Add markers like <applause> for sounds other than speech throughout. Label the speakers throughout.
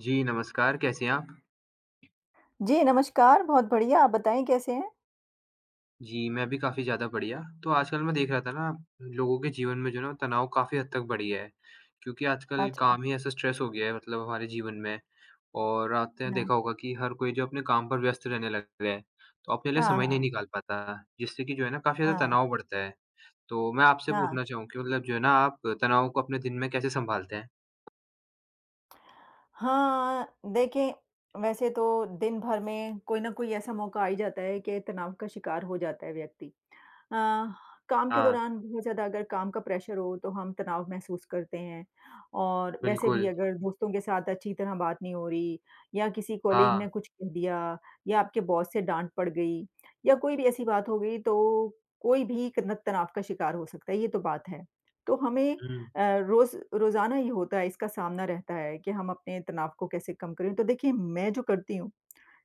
Speaker 1: जी, नमस्कार, कैसे हैं आप?
Speaker 2: जी, नमस्कार। बहुत बढ़िया, आप बताएँ कैसे हैं?
Speaker 1: जी, मैं भी काफ़ी ज़्यादा बढ़िया। तो आजकल मैं देख रहा था ना, लोगों के जीवन में जो है ना तनाव काफ़ी हद तक बढ़ गया है, क्योंकि आजकल
Speaker 2: अच्छा,
Speaker 1: काम ही ऐसा स्ट्रेस हो गया है मतलब हमारे जीवन में और आपने
Speaker 2: हाँ।
Speaker 1: देखा होगा कि हर कोई जो अपने काम पर व्यस्त रहने लग गया है, तो अपने लिए
Speaker 2: हाँ,
Speaker 1: समय नहीं
Speaker 2: हाँ।
Speaker 1: निकाल पाता, जिससे कि जो है ना काफ़ी ज़्यादा
Speaker 2: हाँ,
Speaker 1: तनाव बढ़ता है। तो मैं आपसे
Speaker 2: हाँ।
Speaker 1: पूछना चाहूँ कि मतलब जो है ना आप तनाव को अपने दिन में कैसे सँभालते हैं?
Speaker 2: हाँ, देखिए वैसे तो दिन भर में कोई न कोई ऐसा मौका आ ही जाता है कि तनाव का शिकार हो जाता है व्यक्ति। काम के
Speaker 1: हाँ,
Speaker 2: दौरान बहुत ज़्यादा अगर काम का प्रेशर हो तो हम तनाव महसूस करते हैं और वैसे भी
Speaker 1: बिल्कुल।
Speaker 2: अगर दोस्तों के साथ अच्छी तरह बात नहीं हो रही या किसी कॉलीग
Speaker 1: हाँ।
Speaker 2: ने कुछ कह दिया या आपके बॉस से डाँट पड़ गई या कोई भी ऐसी बात हो गई तो कोई भी क तनाव का शिकार हो सकता है, ये तो बात है। तो हमें
Speaker 1: हुँ।
Speaker 2: रोज़ाना ये होता है, इसका सामना रहता है कि हम अपने तनाव को कैसे कम करें। तो देखिए, मैं जो करती हूँ,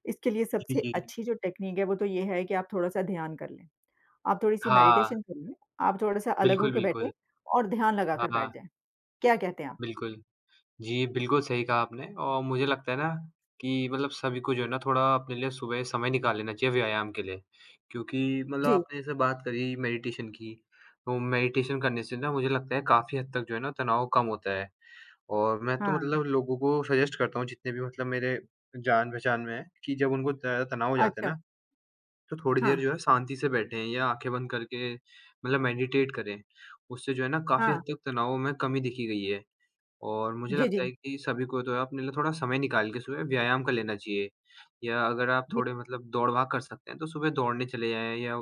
Speaker 2: इसके लिए
Speaker 1: जी,
Speaker 2: सबसे
Speaker 1: जी।
Speaker 2: अच्छी जो टेक्नीक है, वो तो ये है कि आप थोड़ा-सा ध्यान कर लें। आप थोड़ी-सी
Speaker 1: हाँ,
Speaker 2: मेडिटेशन कर लें, आप थोड़ा-सा अलग
Speaker 1: बिल्कुल,
Speaker 2: होके बैठें
Speaker 1: बिल्कुल।
Speaker 2: और ध्यान लगाकर
Speaker 1: हाँ,
Speaker 2: बैठ जाएँ। क्या कहते हैं आप?
Speaker 1: बिल्कुल। जी, बिल्कुल सही कहा आपने और मुझे लगता है ना कि मतलब सभी को जो है ना थोड़ा अपने लिए सुबह समय निकाल लेना चाहिए व्यायाम के लिए। क्योंकि मतलब
Speaker 2: जी,
Speaker 1: आपने जैसे बात करी मेडिटेशन की, तो मेडिटेशन करने से ना मुझे लगता है काफ़ी हद तक जो है ना तनाव कम होता है। और मैं तो
Speaker 2: हाँ,
Speaker 1: मतलब लोगों को सजेस्ट करता हूँ जितने भी मतलब मेरे जान-पहचान में हैं कि जब उनको ज़्यादा तनाव हो जाता है
Speaker 2: अच्छा,
Speaker 1: ना, तो थोड़ी
Speaker 2: हाँ,
Speaker 1: देर जो है शांति से बैठें या आँखें बंद करके मतलब मेडिटेट करें। उससे जो है ना काफ़ी
Speaker 2: हाँ,
Speaker 1: हद तक तनाव में कमी दिखी गई है। और मुझे
Speaker 2: जी, जी,
Speaker 1: लगता है कि सभी को तो अपने लिए थोड़ा समय निकाल के सुबह व्यायाम कर लेना चाहिए। या अगर आप
Speaker 2: जी,
Speaker 1: थोड़े मतलब दौड़-भाग कर सकते हैं, तो सुबह दौड़ने चले जाएँ या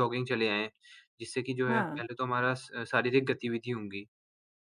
Speaker 1: जॉगिंग चले आएँ, जिससे कि जो है
Speaker 2: हाँ,
Speaker 1: पहले तो हमारा स शारीरिक गतिविधि होंगी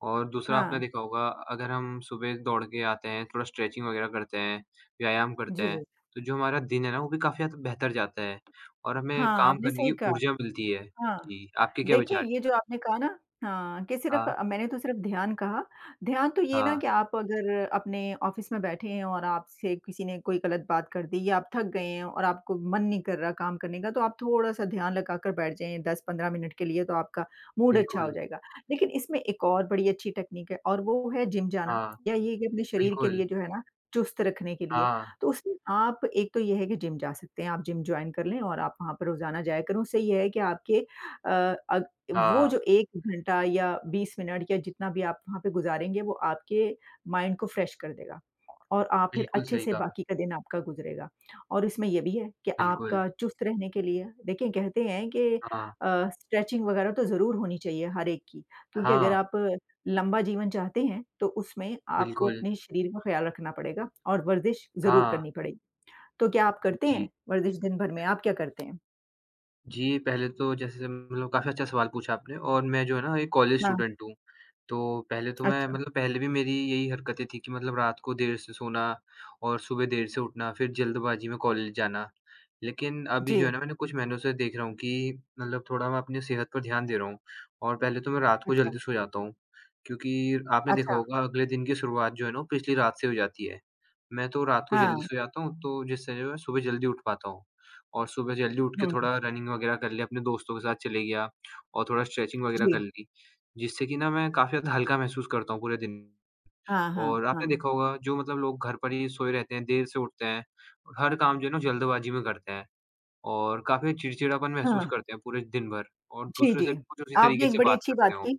Speaker 1: और दूसरा आपने
Speaker 2: हाँ,
Speaker 1: देखा होगा अगर हम सुबह दौड़ के आते हैं, थोड़ा स्ट्रेचिंग वगैरह करते हैं, व्यायाम करते
Speaker 2: जी,
Speaker 1: हैं,
Speaker 2: जी।
Speaker 1: तो जो हमारा दिन है ना वो भी काफ़ी हद तक बेहतर जाता है और हमें
Speaker 2: हाँ,
Speaker 1: काम
Speaker 2: आपने
Speaker 1: करने
Speaker 2: सही
Speaker 1: की
Speaker 2: कहा,
Speaker 1: ऊर्जा मिलती है।
Speaker 2: हाँ।
Speaker 1: जी, आपके क्या
Speaker 2: देखिए,
Speaker 1: विचार
Speaker 2: ये
Speaker 1: हैं?
Speaker 2: जो आपने कहा ना हाँ, कि सिर्फ़
Speaker 1: हाँ,
Speaker 2: मैंने तो सिर्फ़ ध्यान कहा। ध्यान तो ये ना
Speaker 1: हाँ,
Speaker 2: कि आप अगर अपने ऑफ़िस में बैठे हैं और आपसे किसी ने कोई गलत बात कर दी या आप थक गए हैं और आपको मन नहीं कर रहा काम करने का, तो आप थोड़ा-सा ध्यान लगाकर बैठ जाएँ 10-15 मिनट के लिए, तो आपका मूड अच्छा हो
Speaker 1: बिल्कुल।
Speaker 2: जाएगा। लेकिन इसमें एक और बड़ी अच्छी टेक्निक है और वो है जिम जाना
Speaker 1: हाँ,
Speaker 2: या ये कि अपने शरीर के
Speaker 1: बिल्कुल।
Speaker 2: लिए जो है ना, चुस्त रखने के लिए।
Speaker 1: हाँ,
Speaker 2: तो उसमें आप एक तो ये है कि जिम जा सकते हैं, आप जिम जॉइन कर लें और आप वहाँ पर रोज़ाना जाया करें। उससे ये है कि आपके अ, अग वो
Speaker 1: हाँ।
Speaker 2: जो 1 घंटा या 20 मिनट या जितना भी आप वहाँ पे गुज़ारेंगे वो आपके माइंड को फ्रेश कर देगा और आप फिर
Speaker 1: बिल्कुल
Speaker 2: अच्छे
Speaker 1: सही
Speaker 2: से
Speaker 1: कहा,
Speaker 2: बाकी का दिन आपका गुज़रेगा। और इसमें ये भी है कि
Speaker 1: बिल्कुल।
Speaker 2: आपका चुस्त रहने के लिए देखिए कहते हैं कि
Speaker 1: हाँ,
Speaker 2: स्ट्रेचिंग वग़ैरह तो ज़रूर होनी चाहिए हर एक की, क्योंकि अगर
Speaker 1: हाँ,
Speaker 2: आप लंबा जीवन चाहते हैं तो उसमें आपको
Speaker 1: बिल्कुल।
Speaker 2: अपने शरीर का ख़्याल रखना पड़ेगा और वर्ज़िश ज़रूर
Speaker 1: हाँ,
Speaker 2: करनी पड़ेगी। तो क्या आप
Speaker 1: जी,
Speaker 2: करते
Speaker 1: जी।
Speaker 2: हैं वर्ज़िश दिन भर में? आप क्या करते हैं?
Speaker 1: जी, पहले तो जैसे मतलब काफ़ी अच्छा सवाल पूछा आपने और मैं जो है ना एक कॉलेज
Speaker 2: हाँ,
Speaker 1: स्टूडेंट हूँ तो पहले तो मैं
Speaker 2: अच्छा।
Speaker 1: मतलब पहले भी मेरी यही हरकतें थी कि मतलब रात को देर से सोना और सुबह देर से उठना, फिर जल्दबाज़ी में कॉलेज जाना। लेकिन अभी
Speaker 2: जी,
Speaker 1: जो है ना मैंने कुछ महीनों से देख रहा हूँ कि मतलब थोड़ा मैं अपनी सेहत पर ध्यान दे रहा हूँ और पहले तो मैं रात को
Speaker 2: अच्छा,
Speaker 1: जल्दी सो जाता हूँ, क्योंकि आपने देखा
Speaker 2: अच्छा।
Speaker 1: होगा अगले दिन की शुरुआत जो है ना वो पिछली रात से हो जाती है। मैं तो रात को जल्दी
Speaker 2: हाँ,
Speaker 1: सो जाता हूँ तो जिससे जो है सुबह जल्दी उठ पाता हूँ और सुबह जल्दी उठ के
Speaker 2: हुँ,
Speaker 1: थोड़ा रनिंग वगैरह कर लिया, अपने दोस्तों के साथ चले गया और थोड़ा स्ट्रेचिंग वगैरह
Speaker 2: जी।
Speaker 1: कर ली। जिससे कि ना मैं काफ़ी ज़्यादा हल्का महसूस करता हूँ पूरे दिन।
Speaker 2: हाँ,
Speaker 1: और
Speaker 2: हाँ,
Speaker 1: आपने
Speaker 2: हाँ।
Speaker 1: देखा होगा जो मतलब लोग घर पर ही सोए रहते हैं, देर से उठते हैं, और हर काम जो है ना जल्दबाजी में करते हैं और काफ़ी चिड़चिड़ापन महसूस
Speaker 2: हाँ,
Speaker 1: करते हैं पूरे दिन भर और
Speaker 2: जी,
Speaker 1: दूसरों
Speaker 2: जी।
Speaker 1: से भी कुछ उसी
Speaker 2: आपने
Speaker 1: तरीके
Speaker 2: एक
Speaker 1: से
Speaker 2: बड़ी
Speaker 1: बात
Speaker 2: अच्छी
Speaker 1: करते
Speaker 2: बात
Speaker 1: हो।
Speaker 2: की।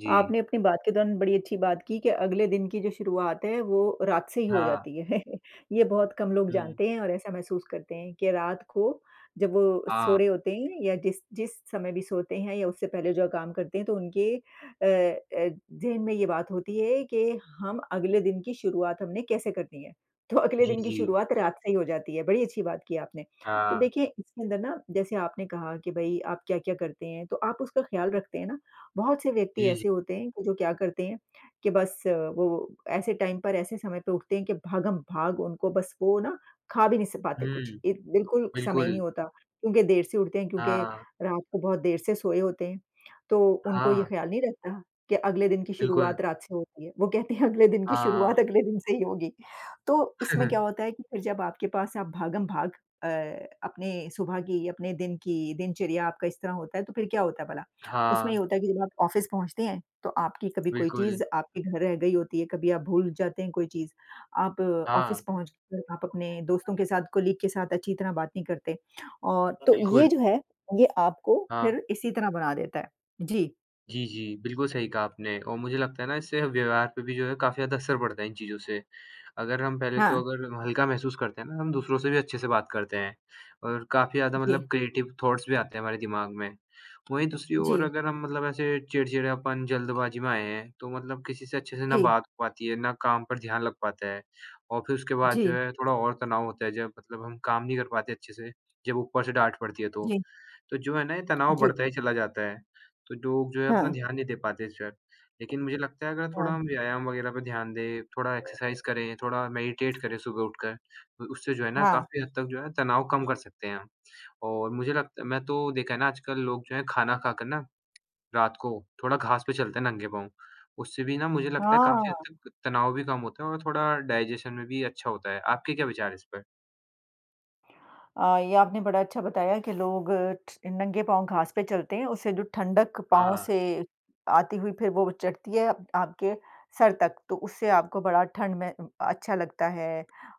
Speaker 1: जी।
Speaker 2: आपने अपनी बात के दौरान बड़ी अच्छी बात की कि अगले दिन की जो शुरुआत है वो रात से ही हो
Speaker 1: हाँ।
Speaker 2: जाती है। <laughs> ये बहुत कम लोग
Speaker 1: हुँ।
Speaker 2: जानते हैं और ऐसा महसूस करते हैं कि रात को जब वो सो
Speaker 1: हाँ।
Speaker 2: रहे होते हैं या जिस जिस समय भी सोते हैं या उससे पहले जो काम करते हैं तो उनके ज़हन में ये बात होती है कि हम अगले दिन की शुरुआत हमने कैसे करनी है। तो अगले
Speaker 1: जी,
Speaker 2: दिन की
Speaker 1: जी।
Speaker 2: शुरुआत रात से ही हो जाती है, बड़ी अच्छी बात की आपने। तो
Speaker 1: हाँ।
Speaker 2: देखिए इसके अंदर ना जैसे आपने कहा कि भई आप क्या-क्या करते हैं, तो आप उसका ख़्याल रखते हैं ना? बहुत से व्यक्ति
Speaker 1: जी, जी।
Speaker 2: ऐसे होते हैं कि जो क्या करते हैं कि बस वो ऐसे टाइम पर ऐसे समय पे उठते हैं कि भागम-भाग उनको बस वो ना खा भी नहीं स पाते कुछ।
Speaker 1: हुँ,
Speaker 2: ए बिल्कुल समय
Speaker 1: बिल्कुल।
Speaker 2: नहीं होता क्योंकि देर से उठते हैं क्योंकि
Speaker 1: हाँ।
Speaker 2: रात को बहुत देर से सोए होते हैं। तो उनको ये
Speaker 1: हाँ,
Speaker 2: ख़्याल नहीं रहता कि अगले दिन की
Speaker 1: बिल्कुल।
Speaker 2: शुरुआत रात से होती है। वो कहते हैं अगले दिन की
Speaker 1: हाँ।
Speaker 2: शुरुआत अगले दिन से ही होगी। तो इसमें क्या होता
Speaker 1: <laughs>
Speaker 2: है कि फिर जब आपके पास आप भागम-भाग अ, अपने सुबह की, अपने दिन की दिनचर्या आपका इस तरह होता है तो फिर क्या होता है भला? उसमें
Speaker 1: हाँ,
Speaker 2: ये होता है कि जब आप ऑफ़िस पहुँचते हैं, तो आपकी कभी कोई
Speaker 1: बिल्कुल।
Speaker 2: चीज़ आपके घर रह गई होती है, कभी आप भूल जाते हैं कोई चीज़। आप
Speaker 1: हाँ,
Speaker 2: ऑफ़िस पहुँच कर आप अपने दोस्तों के साथ, कोलीग के साथ अच्छी तरह बात नहीं करते और तो
Speaker 1: बिल्कुल।
Speaker 2: ये जो है, ये आपको
Speaker 1: हाँ।
Speaker 2: फिर इसी तरह बना देता है। जी,
Speaker 1: जी, जी। बिल्कुल सही कहा आपने और मुझे लगता है ना इससे व्यवहार पे भी जो है काफ़ी ज़्यादा असर पड़ता है इन चीज़ों से। अगर हम पहले
Speaker 2: हाँ,
Speaker 1: तो अगर हम हल्का महसूस करते हैं ना हम दूसरों से भी अच्छे से बात करते हैं और काफ़ी ज़्यादा
Speaker 2: जी,
Speaker 1: मतलब क्रिएटिव थॉट्स भी आते हैं हमारे दिमाग में। वहीं दूसरी ओर
Speaker 2: जी,
Speaker 1: अगर हम मतलब ऐसे चिड़चिड़ापन, जल्दबाजी में आए हैं तो मतलब किसी से अच्छे से ना
Speaker 2: जी,
Speaker 1: बात हो पाती है, ना काम पर ध्यान लग पाता है और फिर उसके बाद जो
Speaker 2: जी,
Speaker 1: है थोड़ा और तनाव होता है जब मतलब हम काम नहीं कर पाते अच्छे से, जब ऊपर से डाँट पड़ती है तो।
Speaker 2: जी,
Speaker 1: तो जो है ना ये तनाव
Speaker 2: जी।
Speaker 1: बढ़ता ही चला जाता है। तो लोग जो है अपना
Speaker 2: हाँ,
Speaker 1: ध्यान नहीं दे पाते इस पर। लेकिन मुझे लगता है अगर
Speaker 2: हाँ,
Speaker 1: थोड़ा हम व्यायाम वगैरह पे ध्यान दें, थोड़ा एक्सरसाइज़ करें, थोड़ा मेडिटेट करें सुबह उठकर, तो उससे जो है ना
Speaker 2: हाँ,
Speaker 1: काफ़ी हद तक जो है तनाव कम कर सकते हैं हम। और मुझे लगता है मैं तो देखा है ना आजकल लोग जो है खाना खाकर ना रात को थोड़ा घास पे चलते हैं नंगे पाँव। उससे भी ना मुझे लगता है काफ़ी
Speaker 2: हाँ।
Speaker 1: हद तक तनाव भी कम होता है और थोड़ा डाइजेशन में भी अच्छा होता है। आपके क्या विचार है इस पर?
Speaker 2: ये आपने बड़ा अच्छा बताया कि लोग ठ नंगे पाँव घास पे चलते हैं, उससे जो ठंडक पाँव
Speaker 1: हाँ,
Speaker 2: से आती हुई फिर वो चढ़ती है आप आपके सर तक, तो उससे आपको बड़ा ठंड में अच्छा लगता है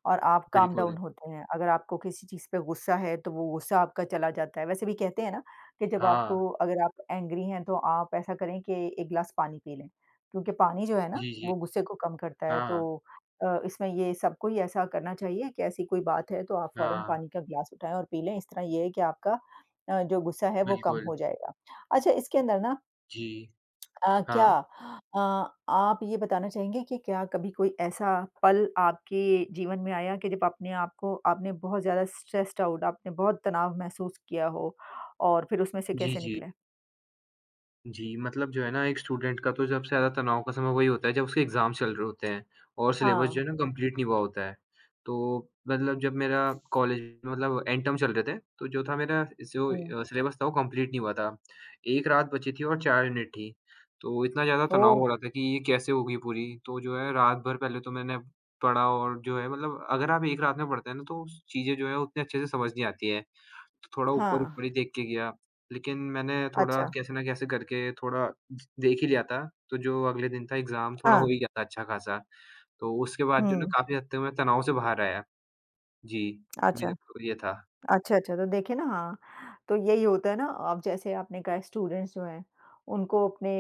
Speaker 2: और आप काम डाउन
Speaker 1: बिल्कुल।
Speaker 2: होते हैं। अगर आपको किसी चीज़ पे गुस्सा है, तो वो गुस्सा आपका चला जाता है। वैसे भी कहते हैं ना कि जब
Speaker 1: हाँ।
Speaker 2: आपको अगर आप एंग्री हैं, तो आप ऐसा करें कि 1 ग्लास पानी पी लें, क्योंकि पानी जो है ना,
Speaker 1: जी, जी।
Speaker 2: वो गुस्से को कम करता है,
Speaker 1: हाँ,
Speaker 2: तो इसमें ये सबको ही ऐसा करना चाहिए कि ऐसी कोई बात है तो आप फ़ौरन
Speaker 1: हाँ।
Speaker 2: पानी का ग्लास उठाएँ और पी लें, इस तरह ये है कि आपका जो गुस्सा है वो कम
Speaker 1: बिल्कुल।
Speaker 2: हो जाएगा। अच्छा इसके अंदर ना
Speaker 1: जी।
Speaker 2: क्या
Speaker 1: हाँ।
Speaker 2: अ, आप ये बताना चाहेंगे कि क्या कभी कोई ऐसा पल आपके जीवन में आया कि जब अपने आप को आपने बहुत ज़्यादा स्ट्रेस्ड आउट आपने बहुत तनाव महसूस किया हो और फिर उसमें से
Speaker 1: जी,
Speaker 2: कैसे
Speaker 1: जी।
Speaker 2: निकले?
Speaker 1: जी, मतलब जो है ना एक स्टूडेंट का तो सबसे ज़्यादा तनाव का समय वही होता है जब उसके एग्ज़ाम चल रहे होते हैं और सिलेबस जो है
Speaker 2: हाँ।
Speaker 1: ना कंप्लीट नहीं हुआ होता है। तो मतलब जब मेरा कॉलेज मतलब एंड टर्म चल रहे थे, तो जो था मेरा जो
Speaker 2: हुँ।
Speaker 1: सिलेबस था वो कंप्लीट नहीं हुआ था। 1 रात बची थी और 4 यूनिट थी। तो इतना ज़्यादा तनाव
Speaker 2: ओह!
Speaker 1: हो रहा था कि ये कैसे होगी पूरी? तो जो है रात भर पहले तो मैंने पढ़ा और जो है मतलब अगर आप 1 रात में पढ़ते हैं ना तो चीज़ें जो है उतने अच्छे से समझ नहीं आती है। तो थोड़ा
Speaker 2: हाँ।
Speaker 1: ऊपर-ऊपर ही देख के गया। लेकिन मैंने थोड़ा
Speaker 2: अच्छा।
Speaker 1: कैसे ना कैसे करके थोड़ा देख ही लिया था, तो जो अगले दिन था एग्ज़ाम थोड़ा हो
Speaker 2: हाँ।
Speaker 1: ही गया था अच्छा खासा। तो उसके बाद जो ना
Speaker 2: हुँ।
Speaker 1: काफ़ी हद तक मैं तनाव से बाहर आया। जी, मेरे
Speaker 2: अच्छा।
Speaker 1: को ये था।
Speaker 2: अच्छा, अच्छा, तो देखिए ना हाँ, तो यही होता है ना अब जैसे आपने कहा स्टूडेंट्स जो हैं, उनको अपने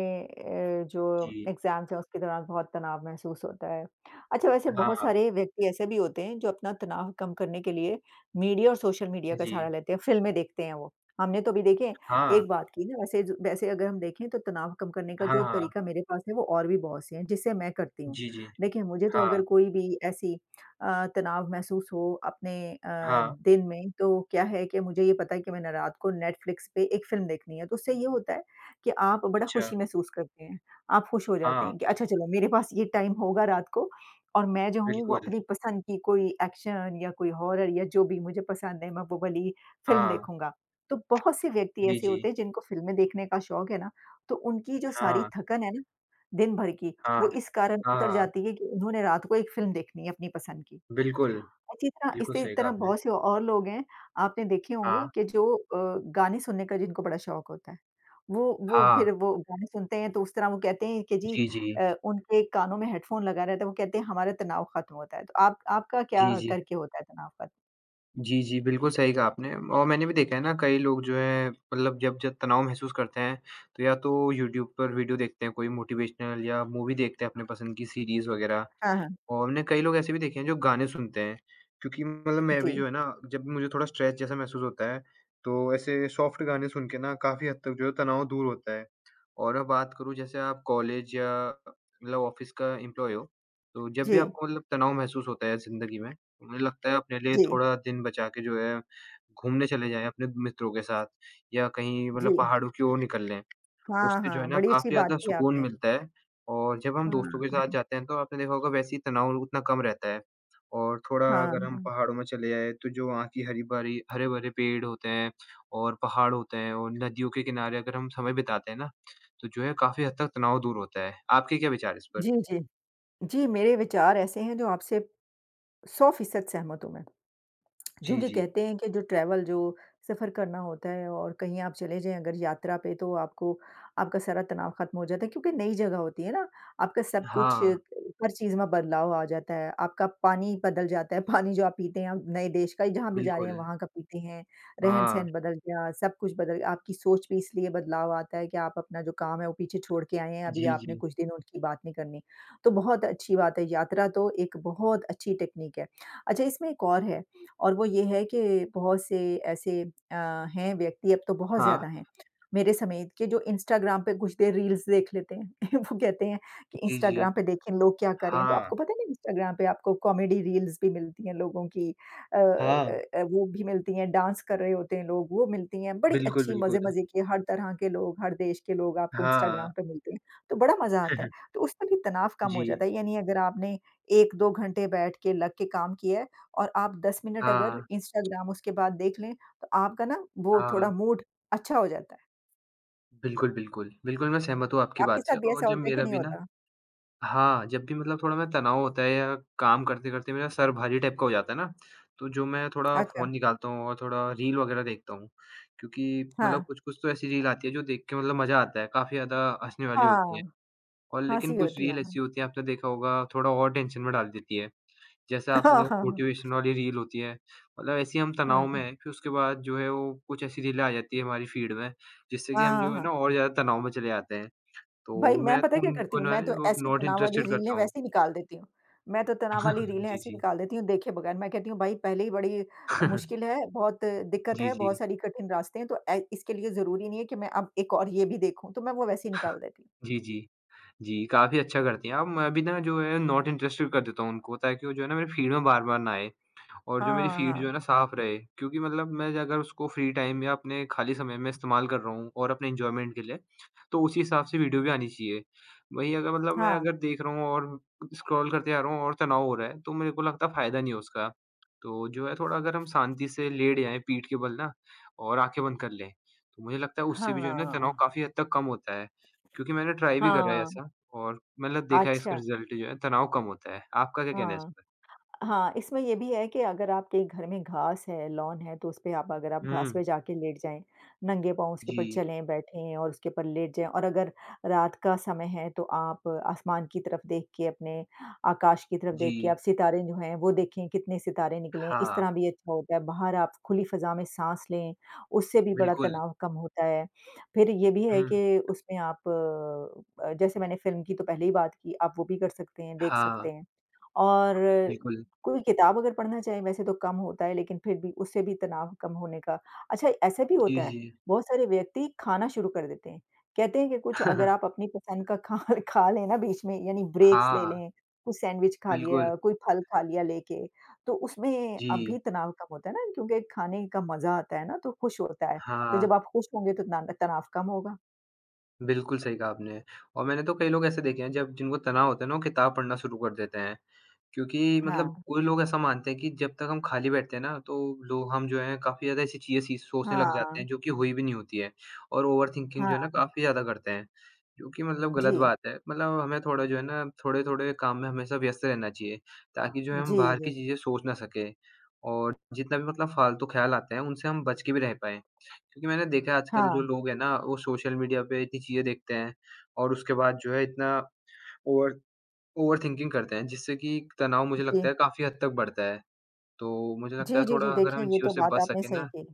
Speaker 2: जो
Speaker 1: जी।
Speaker 2: एग्ज़ाम्स हैं उसके दौरान बहुत तनाव महसूस होता है। अच्छा वैसे बहुत
Speaker 1: हाँ,
Speaker 2: सारे व्यक्ति ऐसे भी होते हैं जो अपना तनाव कम करने के लिए मीडिया और सोशल मीडिया का
Speaker 1: जी।
Speaker 2: सहारा लेते हैं, फ़िल्में देखते हैं वो। हमने तो अभी देखिए
Speaker 1: हाँ।
Speaker 2: एक बात की ना वैसे अगर हम देखें तो तनाव कम करने का
Speaker 1: हाँ,
Speaker 2: जो
Speaker 1: हाँ।
Speaker 2: तरीका मेरे पास है वो और भी बहुत से हैं, जिससे मैं करती हूँ।
Speaker 1: जी, जी।
Speaker 2: देखिए मुझे तो अगर
Speaker 1: हाँ,
Speaker 2: कोई भी ऐसी तनाव महसूस हो अपने
Speaker 1: हाँ।
Speaker 2: दिन में, तो क्या है कि मुझे ये पता है कि मैंने रात को नेटफ्लिक्स पे एक फ़िल्म देखनी है, तो उससे ये होता है कि आप बड़ा
Speaker 1: अच्छा।
Speaker 2: खुशी महसूस करते हैं। आप खुश हो जाते
Speaker 1: हाँ,
Speaker 2: हैं कि अच्छा चलो मेरे पास ये टाइम होगा रात को और मैं जो हूँ वो
Speaker 1: बिल्कुल।
Speaker 2: अपनी पसंद की कोई एक्शन या कोई हॉरर या जो भी मुझे पसंद है, मैं वो वाली फ़िल्म
Speaker 1: हाँ।
Speaker 2: देखूँगा। तो बहुत से व्यक्ति
Speaker 1: जी,
Speaker 2: ऐसे
Speaker 1: जी।
Speaker 2: होते हैं जिनको फ़िल्में देखने का शौक है ना, तो उनकी जो सारी
Speaker 1: हाँ,
Speaker 2: थकन है ना, दिन भर की वो
Speaker 1: हाँ,
Speaker 2: इस कारण उतर
Speaker 1: हाँ।
Speaker 2: जाती है कि उन्होंने रात को एक फ़िल्म देखनी है अपनी पसंद की।
Speaker 1: बिल्कुल,
Speaker 2: इसी तरह
Speaker 1: बिल्कुल
Speaker 2: इसी
Speaker 1: सही कहा
Speaker 2: तरह
Speaker 1: आपने।
Speaker 2: बहुत से और लोग हैं, आपने देखे होंगे
Speaker 1: हाँ,
Speaker 2: कि जो गाने सुनने का जिनको बड़ा शौक होता है। वो वो
Speaker 1: हाँ।
Speaker 2: फिर वो गाने सुनते हैं तो उस तरह वो कहते हैं कि जी
Speaker 1: जी, जी।
Speaker 2: उनके कानों में हेडफ़ोन लगा रहता है, वो कहते हैं हमारा तनाव ख़त्म होता है। तो आप आपका क्या
Speaker 1: जी, जी।
Speaker 2: करके होता है तनाव ख़त्म?
Speaker 1: जी, जी, बिल्कुल सही कहा आपने और मैंने भी देखा है ना कई लोग जो है मतलब जब जब तनाव महसूस करते हैं, तो या तो यूट्यूब पर वीडियो देखते हैं कोई मोटिवेशनल या मूवी देखते हैं अपने पसंद की सीरीज़ वग़ैरह।
Speaker 2: हाँ, हाँ।
Speaker 1: और हमने कई लोग ऐसे भी देखे हैं जो गाने सुनते हैं, क्योंकि मतलब मैं भी जो
Speaker 2: जी,
Speaker 1: है ना जब मुझे थोड़ा स्ट्रेस जैसा महसूस होता है, तो ऐसे सॉफ्ट गाने सुन के ना काफ़ी हद तक जो है तनाव दूर होता है। और मैं बात करूँ जैसे आप कॉलेज या मतलब ऑफ़िस का एम्प्लॉयी हो, तो जब भी
Speaker 2: जी,
Speaker 1: हाँ। आपको मतलब तनाव महसूस होता है ज़िंदगी में, तो मुझे लगता है अपने लिए
Speaker 2: जी,
Speaker 1: थोड़ा दिन बचा के जो है घूमने चले जाएँ अपने मित्रों के साथ या कहीं
Speaker 2: जी।
Speaker 1: मतलब पहाड़ों की ओर निकल लें।
Speaker 2: हाँ,
Speaker 1: उससे जो है
Speaker 2: हाँ,
Speaker 1: ना
Speaker 2: बड़ी अच्छी
Speaker 1: काफ़ी
Speaker 2: बात
Speaker 1: ज़्यादा
Speaker 2: की
Speaker 1: सुकून
Speaker 2: आपने।
Speaker 1: मिलता है और जब हम दोस्तों के
Speaker 2: हाँ,
Speaker 1: साथ जाते हैं तो आपने देखा होगा वैसे ही तनाव उतना कम रहता है। और थोड़ा
Speaker 2: हाँ,
Speaker 1: अगर हम
Speaker 2: हाँ।
Speaker 1: पहाड़ों में चले जाएँ तो जो वहाँ की हरी-भरी हरे-भरे पेड़ होते हैं और पहाड़ होते हैं और नदियों के किनारे अगर हम समय बिताते हैं ना, तो जो है काफ़ी हद तक तनाव दूर होता है। आपके क्या विचार इस पर?
Speaker 2: जी, जी। जी, मेरे विचार ऐसे हैं जो आपसे 100% सहमत हूँ मैं।
Speaker 1: जी,
Speaker 2: क्योंकि
Speaker 1: जी।
Speaker 2: कहते हैं कि जो ट्रैवल जो सफ़र करना होता है और कहीं आप चले जाएँ अगर यात्रा पे तो आपको आपका सारा तनाव खत्म हो जाता है क्योंकि नई जगह होती है ना, आपका सब कुछ
Speaker 1: हाँ,
Speaker 2: हर चीज़ में बदलाव आ जाता है। आपका पानी बदल जाता है, पानी जो आप पीते हैं आप नए देश का जहाँ भी जा रहे हैं
Speaker 1: बिल्कुल।
Speaker 2: वहाँ का पीते हैं,
Speaker 1: हाँ।
Speaker 2: रहन-सहन बदल गया, सब कुछ बदल गया। आपकी सोच भी इसलिए बदलाव आता है कि आप अपना जो काम है वो पीछे छोड़ के आए हैं, अभी
Speaker 1: जी,
Speaker 2: आपने
Speaker 1: जी।
Speaker 2: कुछ दिन उनकी बात नहीं करनी। तो बहुत अच्छी बात है, यात्रा तो एक बहुत अच्छी टेक्निक है। अच्छा इसमें एक और है और वो ये है कि बहुत से ऐसे हैं व्यक्ति, अब तो बहुत
Speaker 1: हाँ।
Speaker 2: ज़्यादा हैं, मेरे समेत के जो इंस्टाग्राम पे कुछ देर रील्स देख लेते हैं। <laughs> वो कहते हैं कि
Speaker 1: जी, जी।
Speaker 2: इंस्टाग्राम पे देखें लोग क्या कर रहे हैं, तो
Speaker 1: हाँ।
Speaker 2: आपको पता है ना इंस्टाग्राम पे आपको कॉमेडी रील्स भी मिलती हैं लोगों की
Speaker 1: हाँ।
Speaker 2: वो भी मिलती हैं, डांस कर रहे होते हैं लोग, वो मिलती हैं, बड़ी
Speaker 1: बिल्कुल,
Speaker 2: अच्छी
Speaker 1: बिल्कुल।
Speaker 2: मज़े-मज़े की हर तरह के लोग, हर देश के लोग आपको
Speaker 1: हाँ।
Speaker 2: इंस्टाग्राम पे मिलते हैं, तो बड़ा मज़ा आता है।
Speaker 1: <laughs>
Speaker 2: तो उससे भी तनाव कम
Speaker 1: जी।
Speaker 2: हो जाता है, यानी अगर आपने 1-2 घंटे बैठ के लग के काम किया है और आप 10 मिनट अगर
Speaker 1: हाँ,
Speaker 2: इंस्टाग्राम उसके बाद देख लें, तो आपका ना वो
Speaker 1: हाँ।
Speaker 2: थोड़ा मूड अच्छा हो जाता है।
Speaker 1: बिल्कुल, बिल्कुल। बिल्कुल, मैं सहमत हूँ आपकी
Speaker 2: आपके
Speaker 1: बात से
Speaker 2: साथ भी
Speaker 1: और
Speaker 2: ऐसा
Speaker 1: जब
Speaker 2: होता है कि
Speaker 1: मेरा
Speaker 2: नहीं
Speaker 1: भी ना
Speaker 2: होता?
Speaker 1: हाँ, जब भी मतलब थोड़ा मैं तनाव होता है या काम करते-करते मेरा सर भारी टाइप का हो जाता है ना, तो जो मैं थोड़ा
Speaker 2: अच्छा,
Speaker 1: फ़ोन निकालता हूँ और थोड़ा रील वगैरह देखता हूँ। क्योंकि मतलब
Speaker 2: हाँ।
Speaker 1: कुछ-कुछ तो ऐसी रील आती है जो देख के मतलब मज़ा आता है, काफ़ी ज़्यादा हँसने वाली होती है
Speaker 2: हाँ,
Speaker 1: और लेकिन
Speaker 2: हँसी
Speaker 1: कुछ
Speaker 2: होती
Speaker 1: रील
Speaker 2: है।
Speaker 1: ऐसी होती है, आपने देखा होगा, थोड़ा और टेंशन में डाल देती है। जैसे आपने
Speaker 2: हाँ,
Speaker 1: देखा
Speaker 2: हाँ, हाँ।
Speaker 1: मोटिवेशन वाली रील होती है, मतलब ऐसे ही हम तनाव में
Speaker 2: हाँ,
Speaker 1: हैं, फिर उसके बाद जो है वो कुछ ऐसी रीलें आ जाती है हमारी फ़ीड में, जिससे कि
Speaker 2: हाँ,
Speaker 1: हम
Speaker 2: हाँ।
Speaker 1: जो है
Speaker 2: हाँ।
Speaker 1: ना और ज़्यादा तनाव में चले जाते हैं। तो
Speaker 2: भाई
Speaker 1: मैं
Speaker 2: मैं पता
Speaker 1: तो
Speaker 2: है क्या करती
Speaker 1: उनको
Speaker 2: हूँ?
Speaker 1: ना
Speaker 2: मैं तो
Speaker 1: वो
Speaker 2: ऐसी
Speaker 1: नॉट
Speaker 2: तनाव वाली
Speaker 1: इंटरेस्टेड
Speaker 2: रीलें
Speaker 1: करता हूँ।
Speaker 2: वैसे ही निकाल देती हूँ। मैं तो तनाव वाली
Speaker 1: <laughs>
Speaker 2: रीलें
Speaker 1: जी,
Speaker 2: ऐसी
Speaker 1: जी।
Speaker 2: निकाल देती हूँ देखे बगैर। मैं कहती हूँ भाई पहले ही बड़ी मुश्किल
Speaker 1: <laughs>
Speaker 2: है, बहुत दिक्कत
Speaker 1: जी,
Speaker 2: है,
Speaker 1: जी।
Speaker 2: बहुत सारी कठिन रास्ते हैं, तो ए इसके लिए ज़रूरी नहीं है कि मैं अब एक और ये भी देखूँ, तो मैं वो वैसे ही निकाल देती हूँ।
Speaker 1: जी, जी। जी, काफ़ी अच्छा करती हैं आप। मैं भी ना जो है नॉट इंटरेस्टेड कर देता हूँ उनको ताकि वो जो है ना मेरे फ़ीड में बार-बार ना आएँ। और जो मेरी फ़ीड जो है
Speaker 2: हाँ,
Speaker 1: ना साफ़ रहे। क्योंकि मतलब मैं जो अगर उसको फ्री टाइम या अपने खाली समय में इस्तेमाल कर रहा हूँ और अपने एन्जॉयमेंट के लिए, तो उसी हिसाब से वीडियो भी आनी चाहिए। वहीं अगर मतलब मैं
Speaker 2: हाँ।
Speaker 1: अगर देख रहा हूँ और स्क्रॉल करते जा रहा हूँ और तनाव हो रहा है, तो मेरे को लगता है फ़ायदा नहीं है उसका। तो जो है थोड़ा अगर हम शांति से लेट जाएँ पीठ के बल ना और आँखें बंद कर लें, तो मुझे लगता है उससे
Speaker 2: हाँ,
Speaker 1: भी जो है ना तनाव
Speaker 2: हाँ।
Speaker 1: काफ़ी हद तक कम होता है। क्योंकि मैंने ट्राई भी करा है
Speaker 2: हाँ,
Speaker 1: ऐसा और मतलब देखा है इसका
Speaker 2: अच्छा,
Speaker 1: रिज़ल्ट जो है तनाव कम होता है। आपका क्या कहना है इस
Speaker 2: हाँ।
Speaker 1: पर?
Speaker 2: हाँ, इसमें ये भी है कि अगर आपके घर में घास है, लॉन है, तो उसपे आप अगर आप घास
Speaker 1: हुँ,
Speaker 2: पे जाके लेट जाएँ, नंगे पाँव उसके ऊपर
Speaker 1: जी।
Speaker 2: चलें, बैठें और उसके ऊपर लेट जाएँ और अगर रात का समय है, तो आप आसमान की तरफ देख के, अपने आकाश की तरफ देख के आप
Speaker 1: जी,
Speaker 2: सितारे जो हैं, वो देखें कितने सितारे निकले हैं, इस
Speaker 1: हाँ,
Speaker 2: तरह भी अच्छा होता है। बाहर आप खुली फ़ज़ा में साँस लें, उससे भी बड़ा
Speaker 1: बिल्कुल।
Speaker 2: तनाव कम होता है। फिर ये भी है
Speaker 1: हुँ,
Speaker 2: कि उसमें आप जैसे मैंने फ़िल्म की तो पहले ही बात की, आप वो भी कर सकते हैं, देख
Speaker 1: हाँ,
Speaker 2: सकते हैं। और
Speaker 1: बिल्कुल।
Speaker 2: कोई किताब अगर पढ़ना चाहें वैसे तो कम होता है लेकिन फिर भी उससे भी तनाव कम होने का अच्छा ऐसा भी
Speaker 1: जी,
Speaker 2: होता है,
Speaker 1: जी।
Speaker 2: बहुत सारे व्यक्ति खाना शुरू कर देते हैं। कहते हैं कि कुछ अगर आप
Speaker 1: <laughs>
Speaker 2: अपनी पसंद का खा <laughs> खा लें ना बीच में यानी ब्रेक्स ले
Speaker 1: हाँ,
Speaker 2: लें, कुछ सैंडविच खा
Speaker 1: बिल्कुल।
Speaker 2: लिया, कोई फल खा लिया लेके, तो उसमें अब भी
Speaker 1: जी,
Speaker 2: तनाव कम होता है ना क्योंकि खाने का मज़ा आता है ना तो खुश होता है। तो
Speaker 1: हाँ,
Speaker 2: जब आप खुश होंगे तो तनाव कम होगा।
Speaker 1: बिल्कुल सही कहा आपने। और मैंने तो कई लोग ऐसे देखे हैं जब जिनको तनाव होता है ना, वो किताब पढ़ना शुरू कर देते हैं। क्योंकि मतलब
Speaker 2: हाँ,
Speaker 1: कोई लोग ऐसा मानते हैं कि जब तक हम खाली बैठते हैं ना, तो लोग हम जो हैं काफ़ी ज़्यादा ऐसी चीज़ें सी सोचने लग जाते
Speaker 2: हाँ,
Speaker 1: हैं जो कि हुई भी नहीं होती है और ओवरथिंकिंग जो है ना
Speaker 2: हाँ।
Speaker 1: काफ़ी ज़्यादा करते हैं, जो कि मतलब गलत
Speaker 2: जी,
Speaker 1: बात है। मतलब हमें थोड़ा जो है ना थोड़े-थोड़े काम में हमेशा व्यस्त रहना चाहिए, ताकि जो है हम
Speaker 2: जी,
Speaker 1: बाहर
Speaker 2: जी।
Speaker 1: की चीज़ें सोच ना सकें और जितना भी मतलब फालतू ख़्याल आते हैं उनसे हम बच के भी रह पाएँ। क्योंकि मैंने देखा है आजकल जो
Speaker 2: हाँ,
Speaker 1: लोग हैं ना, वो सोशल मीडिया पे इतनी चीज़ें देखते हैं और उसके बाद जो है इतना ओवर ओवरथिंकिंग करते हैं जिससे कि तनाव मुझे
Speaker 2: जी।
Speaker 1: लगता है काफ़ी हद तक बढ़ता है। तो मुझे लगता
Speaker 2: जी,
Speaker 1: है
Speaker 2: जी,
Speaker 1: थोड़ा
Speaker 2: जी।
Speaker 1: अगर हम
Speaker 2: देखिए,
Speaker 1: इन
Speaker 2: ये
Speaker 1: चीज़ों
Speaker 2: तो
Speaker 1: से
Speaker 2: बात
Speaker 1: बच
Speaker 2: आपने
Speaker 1: सकें
Speaker 2: सही
Speaker 1: ना
Speaker 2: की।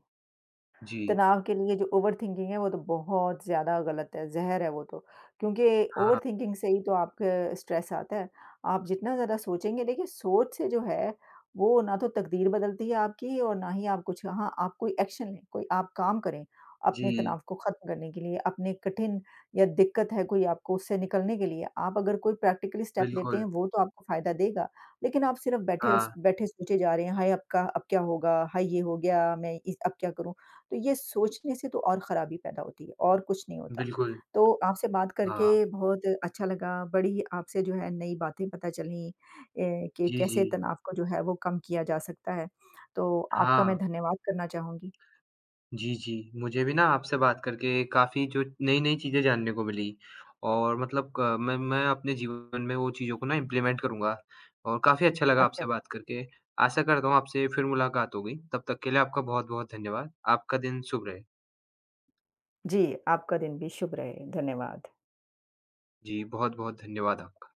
Speaker 1: जी,
Speaker 2: तनाव के लिए जो ओवरथिंकिंग है वो तो बहुत ज़्यादा गलत है, ज़हर है वो तो। क्योंकि
Speaker 1: हाँ,
Speaker 2: ओवरथिंकिंग से ही तो आपके स्ट्रेस आता है। आप जितना ज़्यादा सोचेंगे देखिए सोच से जो है वो ना तो तकदीर बदलती है आपकी और ना ही आप कुछ हाँ, आप कोई एक्शन लें, कोई आप काम करें अपने
Speaker 1: जी,
Speaker 2: तनाव को ख़त्म करने के लिए, अपने कठिन या दिक्कत है कोई आपको उससे निकलने के लिए, आप अगर कोई प्रैक्टिकल स्टेप लेते
Speaker 1: बिल्कुल,
Speaker 2: हैं वो तो आपको फ़ायदा देगा। लेकिन आप सिर्फ बैठे
Speaker 1: हाँ,
Speaker 2: बैठे सोचे जा रहे हैं, हाय अब का अब क्या होगा? हाय ये हो गया, मैं इस अब क्या करूँ? तो ये सोचने से तो और खराबी पैदा होती है और कुछ नहीं होता।
Speaker 1: बिल्कुल,
Speaker 2: तो आपसे बात
Speaker 1: हाँ,
Speaker 2: करके बहुत अच्छा लगा, बड़ी आपसे जो है नई बातें पता चलीं ए, कि
Speaker 1: जी, जी,
Speaker 2: कैसे तनाव को जो है वो कम किया जा सकता है। तो आपका
Speaker 1: हाँ,
Speaker 2: मैं धन्यवाद करना चाहूँगी।
Speaker 1: जी, जी। मुझे भी ना आपसे बात करके काफ़ी जो नई-नई चीज़ें जानने को मिली और मतलब क मैं अपने जीवन में वो चीज़ों को ना इम्प्लीमेंट करूँगा और काफ़ी अच्छा लगा
Speaker 2: अच्छा।
Speaker 1: आपसे बात करके। आशा करता हूँ आपसे फिर मुलाकात होगी। तब तक के लिए आपका बहुत-बहुत धन्यवाद। आपका दिन शुभ रहे।
Speaker 2: जी, आपका दिन भी शुभ रहे। धन्यवाद।
Speaker 1: जी, बहुत-बहुत धन्यवाद आपका।